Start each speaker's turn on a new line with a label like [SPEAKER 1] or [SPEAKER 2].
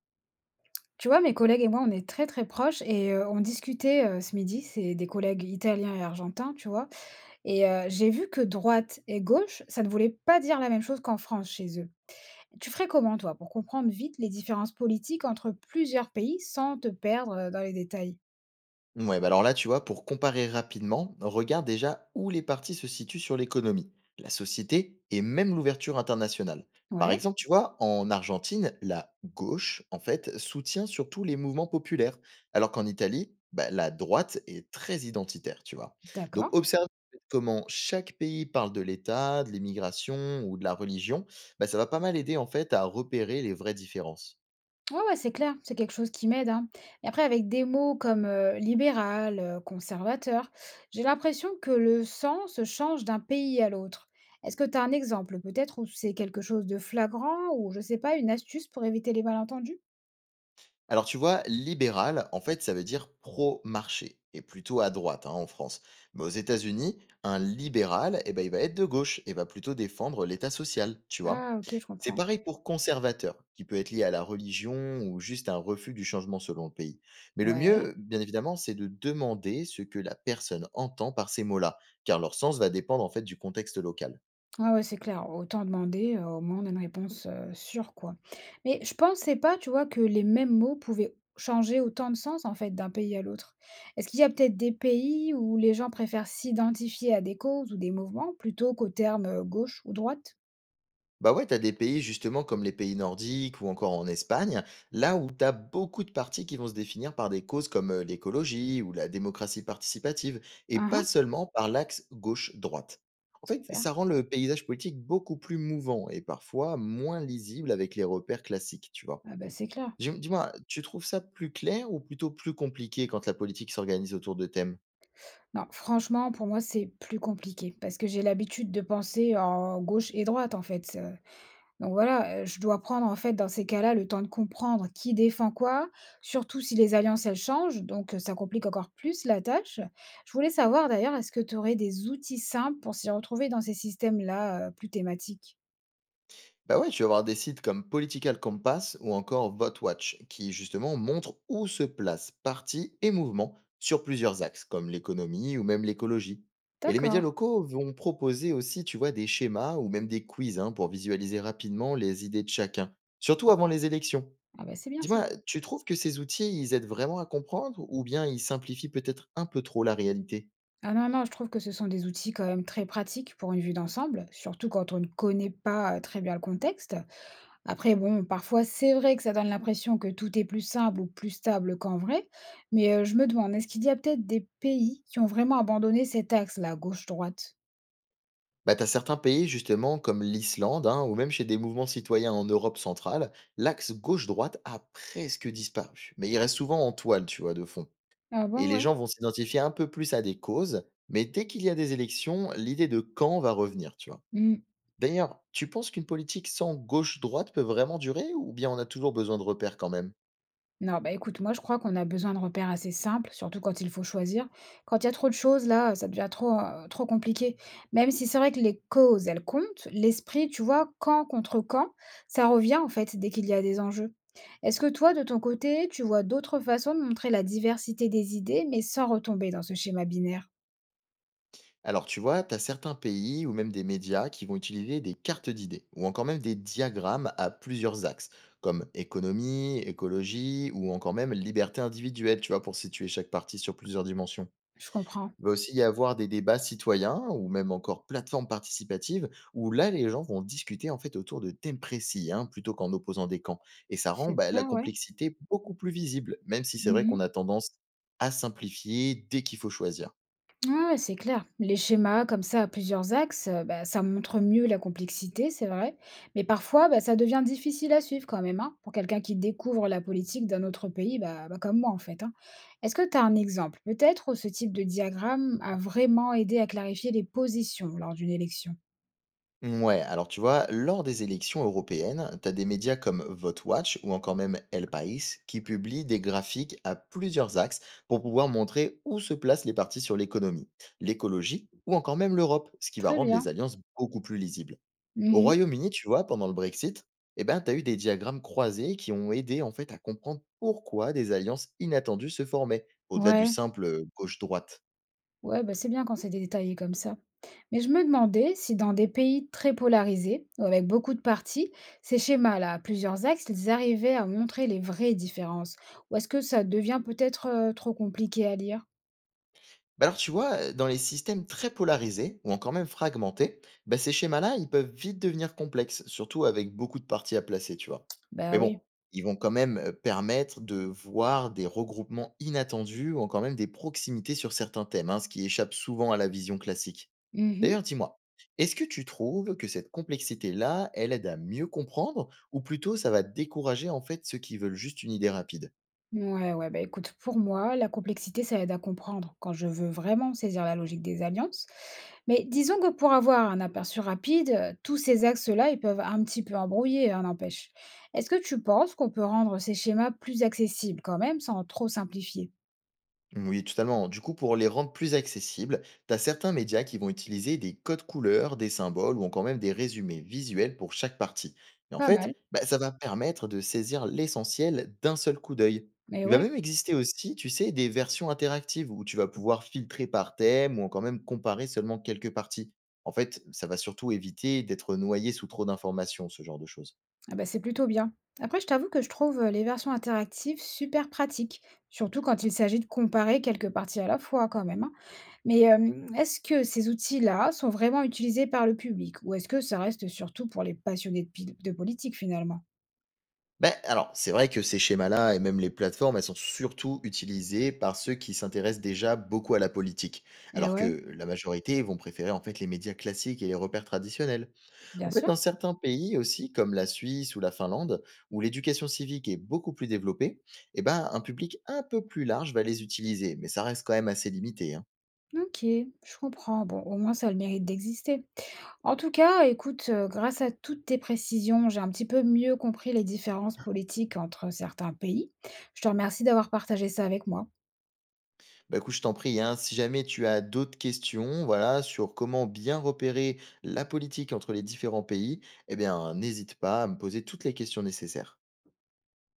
[SPEAKER 1] Tu vois, mes collègues et moi, on est très très proches et on discutait ce midi, c'est des collègues italiens et argentins, tu vois. J'ai vu que droite et gauche, ça ne voulait pas dire la même chose qu'en France chez eux. Tu ferais comment, toi, pour comprendre vite les différences politiques entre plusieurs pays sans te perdre dans les détails?
[SPEAKER 2] Ouais, bah alors là, tu vois, pour comparer rapidement, regarde déjà où les partis se situent sur l'économie, la société et même l'ouverture internationale. Par
[SPEAKER 1] Ouais,
[SPEAKER 2] exemple, tu vois, en Argentine, la gauche, en fait, soutient surtout les mouvements populaires, alors qu'en Italie, bah, la droite est très identitaire, tu vois. Donc,
[SPEAKER 1] d'accord.
[SPEAKER 2] observe comment chaque pays parle de l'État, de l'immigration ou de la religion, bah, ça va pas mal aider, en fait, à repérer les vraies différences.
[SPEAKER 1] Ouais, ouais, c'est clair, c'est quelque chose qui m'aide, hein. Et après, avec des mots comme libéral, conservateur, j'ai l'impression que le sens change d'un pays à l'autre. Est-ce que tu as un exemple, peut-être, où c'est quelque chose de flagrant, ou je sais pas, une astuce pour éviter les malentendus?
[SPEAKER 2] Alors tu vois, libéral, en fait, ça veut dire pro-marché, et plutôt à droite hein, en France. Mais aux États-Unis, un libéral, eh ben, il va être de gauche et va plutôt défendre l'État social, tu vois.
[SPEAKER 1] Ah, ok, je
[SPEAKER 2] C'est
[SPEAKER 1] comprends.
[SPEAKER 2] pareil pour conservateur, qui peut être lié à la religion ou juste un refus du changement selon le pays. Mais le
[SPEAKER 1] Ouais.
[SPEAKER 2] mieux, bien évidemment, c'est de demander ce que la personne entend par ces mots-là, car leur sens va dépendre en fait du contexte local.
[SPEAKER 1] Ah ouais, c'est clair, autant demander, au moins on a une réponse, sûre, quoi. Mais je pensais pas, tu vois, que les mêmes mots pouvaient changer autant de sens, en fait, d'un pays à l'autre. Est-ce qu'il y a peut-être des pays où les gens préfèrent s'identifier à des causes ou des mouvements plutôt qu'aux termes, gauche ou droite?
[SPEAKER 2] Bah ouais, t'as des pays justement comme les pays nordiques ou encore en Espagne, là où t'as beaucoup de partis qui vont se définir par des causes comme l'écologie ou la démocratie participative, et
[SPEAKER 1] Hein,
[SPEAKER 2] pas
[SPEAKER 1] hein,
[SPEAKER 2] seulement par l'axe gauche-droite. En fait,
[SPEAKER 1] super.
[SPEAKER 2] ça rend le paysage politique beaucoup plus mouvant et parfois moins lisible avec les repères classiques, tu vois.
[SPEAKER 1] Ah bah, c'est clair.
[SPEAKER 2] Dis-moi, tu trouves ça plus clair ou plutôt plus compliqué quand la politique s'organise autour de thèmes?
[SPEAKER 1] Non, franchement, pour moi, c'est plus compliqué parce que j'ai l'habitude de penser en gauche et droite, en fait. Donc voilà, je dois prendre en fait dans ces cas-là le temps de comprendre qui défend quoi, surtout si les alliances elles changent, donc ça complique encore plus la tâche. Je voulais savoir d'ailleurs, est-ce que tu aurais des outils simples pour s'y retrouver dans ces systèmes-là, plus thématiques?
[SPEAKER 2] Bah ouais, tu vas avoir des sites comme Political Compass ou encore VoteWatch qui justement montrent où se placent partis et mouvements sur plusieurs axes comme l'économie ou même l'écologie. Et les médias
[SPEAKER 1] D'accord.
[SPEAKER 2] locaux vont proposer aussi, tu vois, des schémas ou même des quiz hein, pour visualiser rapidement les idées de chacun, surtout avant les élections.
[SPEAKER 1] Ah bah, c'est bien ça.
[SPEAKER 2] Dis-moi, tu trouves que ces outils, ils aident vraiment à comprendre ou bien ils simplifient peut-être un peu trop la réalité?
[SPEAKER 1] Ah non, non, je trouve que ce sont des outils quand même très pratiques pour une vue d'ensemble, surtout quand on ne connaît pas, très bien le contexte. Après, bon, parfois, c'est vrai que ça donne l'impression que tout est plus simple ou plus stable qu'en vrai, mais je me demande, est-ce qu'il y a peut-être des pays qui ont vraiment abandonné cet axe-là, gauche-droite?
[SPEAKER 2] Bah, t'as certains pays, justement, comme l'Islande, hein, ou même chez des mouvements citoyens en Europe centrale, l'axe gauche-droite a presque disparu. Mais il reste souvent en toile, tu vois, de fond.
[SPEAKER 1] Ah
[SPEAKER 2] Et les
[SPEAKER 1] bon,
[SPEAKER 2] gens vont s'identifier un peu plus à des causes, mais dès qu'il y a des élections, l'idée de camp va revenir, tu vois.
[SPEAKER 1] ouais.
[SPEAKER 2] D'ailleurs, tu penses qu'une politique sans gauche-droite peut vraiment durer, ou bien on a toujours besoin de repères quand même?
[SPEAKER 1] Non, bah écoute, moi je crois qu'on a besoin de repères assez simples, surtout quand il faut choisir. Quand il y a trop de choses, là, ça devient trop, trop compliqué. Même si c'est vrai que les causes, elles comptent, l'esprit, tu vois, camp contre camp, ça revient en fait dès qu'il y a des enjeux. Est-ce que toi, de ton côté, tu vois d'autres façons de montrer la diversité des idées, mais sans retomber dans ce schéma binaire?
[SPEAKER 2] Alors, tu vois, tu as certains pays ou même des médias qui vont utiliser des cartes d'idées ou encore même des diagrammes à plusieurs axes, comme économie, écologie ou encore même liberté individuelle, tu vois, pour situer chaque partie sur plusieurs dimensions.
[SPEAKER 1] Je comprends.
[SPEAKER 2] Il va aussi y avoir des débats citoyens ou même encore plateformes participatives où là, les gens vont discuter en fait autour de thèmes précis hein, plutôt qu'en opposant des camps. Et ça rend bah, la
[SPEAKER 1] Super, ouais.
[SPEAKER 2] complexité beaucoup plus visible, même si c'est vrai qu'on
[SPEAKER 1] Mhm.
[SPEAKER 2] a tendance à simplifier dès qu'il faut choisir.
[SPEAKER 1] Ouais, ouais, c'est clair. Les schémas comme ça à plusieurs axes, bah, ça montre mieux la complexité, c'est vrai. Mais parfois, bah, ça devient difficile à suivre quand même, hein, pour quelqu'un qui découvre la politique d'un autre pays, bah, bah, comme moi en fait, hein. Est-ce que tu as un exemple, peut-être, où ce type de diagramme a vraiment aidé à clarifier les positions lors d'une élection?
[SPEAKER 2] Ouais, alors tu vois, lors des élections européennes, t'as des médias comme VoteWatch ou encore même El País qui publient des graphiques à plusieurs axes pour pouvoir montrer où se placent les partis sur l'économie, l'écologie ou encore même l'Europe, ce qui va
[SPEAKER 1] Très
[SPEAKER 2] rendre les
[SPEAKER 1] bien.
[SPEAKER 2] alliances beaucoup plus lisibles. Au
[SPEAKER 1] Mhm.
[SPEAKER 2] Royaume-Uni, tu vois, pendant le Brexit, eh ben, t'as eu des diagrammes croisés qui ont aidé en fait à comprendre pourquoi des alliances inattendues se formaient, au-delà du
[SPEAKER 1] Ouais.
[SPEAKER 2] simple gauche-droite.
[SPEAKER 1] Ouais, bah, c'est bien quand c'est détaillé comme ça. Mais je me demandais si dans des pays très polarisés, ou avec beaucoup de partis, ces schémas-là, à plusieurs axes, ils arrivaient à montrer les vraies différences. Ou est-ce que ça devient peut-être trop compliqué à lire?
[SPEAKER 2] Bah alors tu vois, dans les systèmes très polarisés ou encore même fragmentés, bah ces schémas-là, ils peuvent vite devenir complexes, surtout avec beaucoup de parties à placer, tu vois. Mais
[SPEAKER 1] Bah oui.
[SPEAKER 2] bon, ils vont quand même permettre de voir des regroupements inattendus ou encore même des proximités sur certains thèmes, hein, ce qui échappe souvent à la vision classique. D'ailleurs, dis-moi, est-ce que tu trouves que cette complexité-là, elle aide à mieux comprendre ou plutôt ça va décourager en fait ceux qui veulent juste une idée rapide?
[SPEAKER 1] Ouais, ouais, bah écoute, pour moi, la complexité, ça aide à comprendre quand je veux vraiment saisir la logique des alliances. Mais disons que pour avoir un aperçu rapide, tous ces axes-là, ils peuvent un petit peu embrouiller, hein, n'empêche. Est-ce que tu penses qu'on peut rendre ces schémas plus accessibles quand même, sans trop simplifier?
[SPEAKER 2] Oui, totalement. Du coup, pour les rendre plus accessibles, tu as certains médias qui vont utiliser des codes couleurs, des symboles ou encore même des résumés visuels pour chaque partie. Et en
[SPEAKER 1] Pas
[SPEAKER 2] fait,
[SPEAKER 1] mal,
[SPEAKER 2] bah, ça va permettre de saisir l'essentiel d'un seul coup d'œil.
[SPEAKER 1] mais
[SPEAKER 2] Il va
[SPEAKER 1] ouais.
[SPEAKER 2] même exister aussi, tu sais, des versions interactives où tu vas pouvoir filtrer par thème ou encore même comparer seulement quelques parties. En fait, ça va surtout éviter d'être noyé sous trop d'informations, ce genre de choses.
[SPEAKER 1] Ah bah, c'est plutôt bien. Après, je t'avoue que je trouve les versions interactives super pratiques, surtout quand il s'agit de comparer quelques parties à la fois quand même, hein. Mais est-ce que ces outils-là sont vraiment utilisés par le public ou est-ce que ça reste surtout pour les passionnés de, de politique finalement?
[SPEAKER 2] Ben alors, c'est vrai que ces schémas-là et même les plateformes, elles sont surtout utilisées par ceux qui s'intéressent déjà beaucoup à la politique,
[SPEAKER 1] Eh
[SPEAKER 2] alors
[SPEAKER 1] ouais,
[SPEAKER 2] que la majorité vont préférer en fait les médias classiques et les repères traditionnels. En
[SPEAKER 1] bien
[SPEAKER 2] fait,
[SPEAKER 1] sûr.
[SPEAKER 2] dans certains pays aussi, comme la Suisse ou la Finlande, où l'éducation civique est beaucoup plus développée, eh ben, un public un peu plus large va les utiliser, mais ça reste quand même assez limité, hein.
[SPEAKER 1] OK, je comprends. Bon, au moins ça a le mérite d'exister. En tout cas, écoute, grâce à toutes tes précisions, j'ai un petit peu mieux compris les différences politiques entre certains pays. Je te remercie d'avoir partagé ça avec moi.
[SPEAKER 2] Bah écoute, je t'en prie, hein, si jamais tu as d'autres questions, voilà, sur comment bien repérer la politique entre les différents pays, eh bien, n'hésite pas à me poser toutes les questions nécessaires.